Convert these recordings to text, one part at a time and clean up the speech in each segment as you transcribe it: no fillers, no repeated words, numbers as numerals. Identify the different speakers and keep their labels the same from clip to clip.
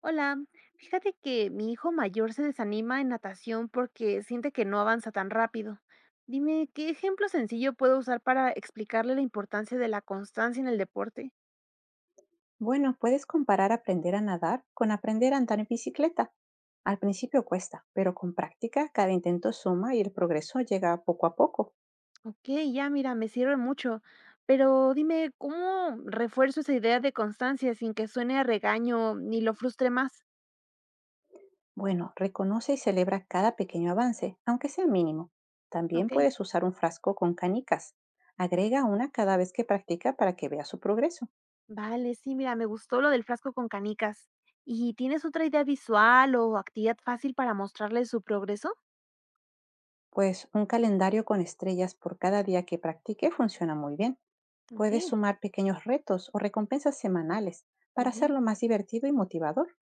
Speaker 1: Hola, fíjate que mi hijo mayor se desanima en natación porque siente que no avanza tan rápido. Dime, ¿qué ejemplo sencillo puedo usar para explicarle la importancia de la constancia en el deporte?
Speaker 2: Bueno, puedes comparar aprender a nadar con aprender a andar en bicicleta. Al principio cuesta, pero con práctica cada intento suma y el progreso llega poco a poco.
Speaker 1: Ok, ya mira, me sirve mucho, pero dime, ¿cómo refuerzo esa idea de constancia sin que suene a regaño ni lo frustre más?
Speaker 2: Bueno, reconoce y celebra cada pequeño avance, aunque sea mínimo. También
Speaker 1: Ok,
Speaker 2: puedes usar un frasco con canicas. Agrega una cada vez que practica para que vea su progreso.
Speaker 1: vale, sí, mira, me gustó lo del frasco con canicas. ¿Y tienes otra idea visual o actividad fácil para mostrarle su progreso?
Speaker 2: Pues un calendario con estrellas por cada día que practique funciona muy bien.
Speaker 1: Ok,
Speaker 2: Puedes sumar pequeños retos o recompensas semanales
Speaker 1: muy
Speaker 2: para
Speaker 1: bien.
Speaker 2: hacerlo más divertido y motivador.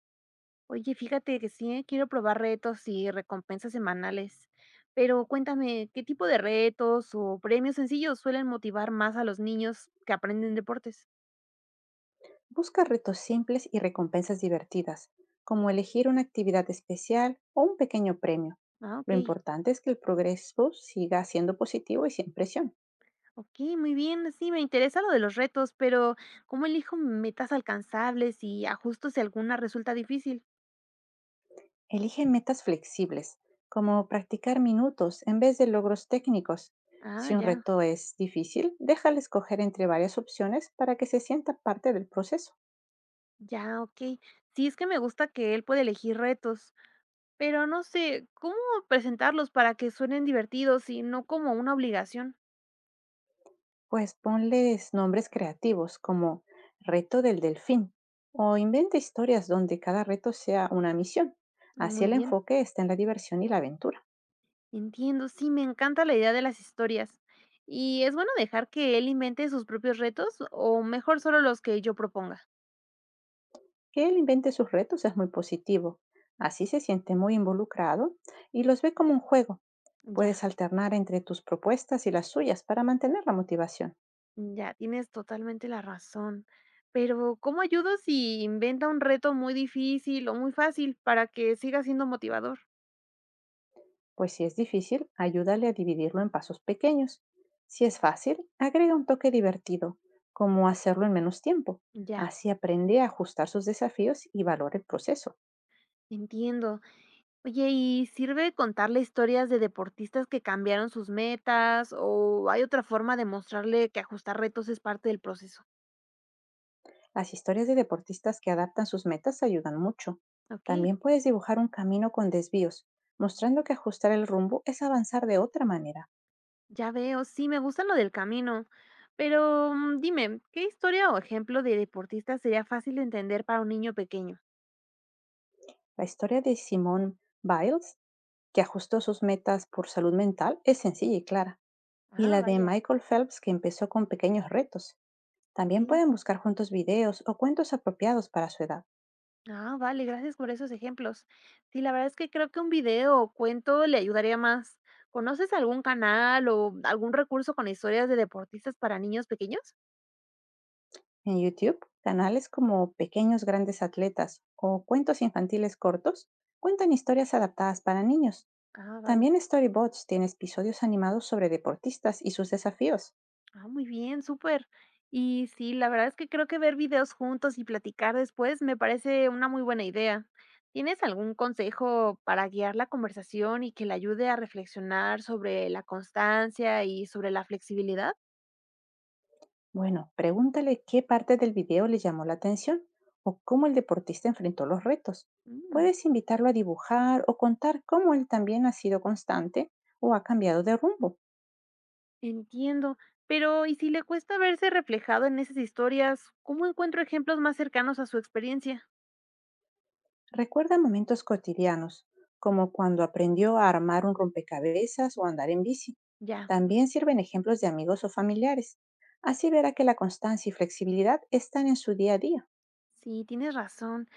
Speaker 1: Oye, fíjate que sí, ¿eh? Quiero probar retos y recompensas semanales. Pero cuéntame, ¿qué tipo de retos o premios sencillos suelen motivar más a los niños que aprenden deportes?
Speaker 2: Busca retos simples y recompensas divertidas, como elegir una actividad especial o un pequeño premio.
Speaker 1: Ah,
Speaker 2: Lo
Speaker 1: ok.
Speaker 2: importante es que el progreso siga siendo positivo y sin presión.
Speaker 1: Ok, muy bien. Sí, me interesa lo de los retos, pero ¿cómo elijo metas alcanzables y ajusto si alguna resulta difícil?
Speaker 2: Elige metas flexibles, como practicar minutos en vez de logros técnicos.
Speaker 1: Ah,
Speaker 2: Si un
Speaker 1: ya,
Speaker 2: reto es difícil, déjale escoger entre varias opciones para que se sienta parte del proceso.
Speaker 1: ya, ok. Sí, es que me gusta que él puede elegir retos, pero no sé, ¿cómo presentarlos para que suenen divertidos y no como una obligación?
Speaker 2: Pues ponles nombres creativos como reto del delfín o inventa historias donde cada reto sea una misión. Así
Speaker 1: Muy
Speaker 2: el
Speaker 1: bien.
Speaker 2: enfoque está en la diversión y la aventura.
Speaker 1: Entiendo, sí, me encanta la idea de las historias. ¿Y es bueno dejar que él invente sus propios retos o mejor solo los que yo proponga?
Speaker 2: Que él invente sus retos es muy positivo. Así se siente muy involucrado y los ve como un juego.
Speaker 1: Ya,
Speaker 2: Puedes alternar entre tus propuestas y las suyas para mantener la motivación.
Speaker 1: ya, tienes totalmente la razón. Pero, ¿cómo ayudo si inventa un reto muy difícil o muy fácil para que siga siendo motivador?
Speaker 2: Pues si es difícil, ayúdale a dividirlo en pasos pequeños. Si es fácil, agrega un toque divertido, como hacerlo en menos tiempo.
Speaker 1: Ya,
Speaker 2: Así aprende a ajustar sus desafíos y valora el proceso.
Speaker 1: entiendo. Oye, ¿y sirve contarle historias de deportistas que cambiaron sus metas o hay otra forma de mostrarle que ajustar retos es parte del proceso?
Speaker 2: Las historias de deportistas que adaptan sus metas ayudan mucho.
Speaker 1: Ok.
Speaker 2: También puedes dibujar un camino con desvíos, mostrando que ajustar el rumbo es avanzar de otra manera.
Speaker 1: Ya veo, sí, me gusta lo del camino. Pero dime, ¿qué historia o ejemplo de deportista sería fácil de entender para un niño pequeño?
Speaker 2: La historia de Simone Biles, que ajustó sus metas por salud mental, es sencilla y clara. Y
Speaker 1: Ah,
Speaker 2: la de
Speaker 1: vaya,
Speaker 2: Michael Phelps, que empezó con pequeños retos. También
Speaker 1: ok.
Speaker 2: pueden buscar juntos videos o cuentos apropiados para su edad.
Speaker 1: Ah, vale, gracias por esos ejemplos. Sí, la verdad es que creo que un video o cuento le ayudaría más. ¿Conoces algún canal o algún recurso con historias de deportistas para niños pequeños?
Speaker 2: En YouTube, canales como Pequeños Grandes Atletas o Cuentos Infantiles Cortos cuentan historias adaptadas para niños.
Speaker 1: Ah, vaya.
Speaker 2: También Storybots tiene episodios animados sobre deportistas y sus desafíos.
Speaker 1: Ah, muy bien, súper. Y sí, la verdad es que creo que ver videos juntos y platicar después me parece una muy buena idea. ¿Tienes algún consejo para guiar la conversación y que le ayude a reflexionar sobre la constancia y sobre la flexibilidad?
Speaker 2: Bueno, pregúntale qué parte del video le llamó la atención o cómo el deportista enfrentó los retos.
Speaker 1: Mm,
Speaker 2: Puedes invitarlo a dibujar o contar cómo él también ha sido constante o ha cambiado de rumbo.
Speaker 1: Entiendo, pero ¿y si le cuesta verse reflejado en esas historias? ¿Cómo encuentro ejemplos más cercanos a su experiencia?
Speaker 2: Recuerda momentos cotidianos, como cuando aprendió a armar un rompecabezas o andar en bici.
Speaker 1: Ya,
Speaker 2: También sirven ejemplos de amigos o familiares. Así verá que la constancia y flexibilidad están en su día a día,
Speaker 1: sí, tienes razón.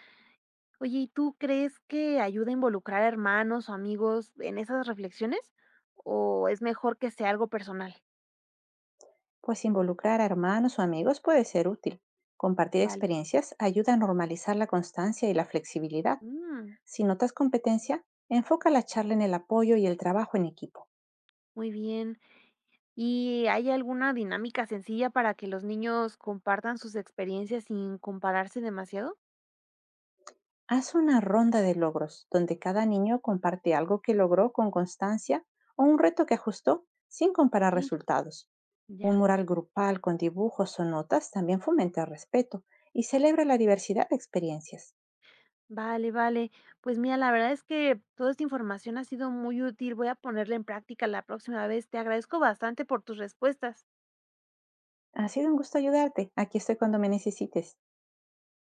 Speaker 1: Oye, ¿y tú crees que ayuda a involucrar a hermanos o amigos en esas reflexiones? ¿O es mejor que sea algo personal?
Speaker 2: pues involucrar a hermanos o amigos puede ser útil. Compartir
Speaker 1: Vale.
Speaker 2: experiencias ayuda a normalizar la constancia y la flexibilidad.
Speaker 1: Mm,
Speaker 2: Si notas competencia, enfoca la charla en el apoyo y el trabajo en equipo.
Speaker 1: Muy bien. ¿Y hay alguna dinámica sencilla para que los niños compartan sus experiencias sin compararse demasiado?
Speaker 2: Haz una ronda de logros, donde cada niño comparte algo que logró con constancia o un reto que ajustó sin comparar
Speaker 1: Ok,
Speaker 2: resultados. Un
Speaker 1: ya.
Speaker 2: mural grupal con dibujos o notas también fomenta el respeto y celebra la diversidad de experiencias.
Speaker 1: Vale, vale. Pues mira, la verdad es que toda esta información ha sido muy útil. Voy a ponerla en práctica la próxima vez. Te agradezco bastante por tus respuestas.
Speaker 2: Ha sido un gusto ayudarte. Aquí estoy cuando me necesites.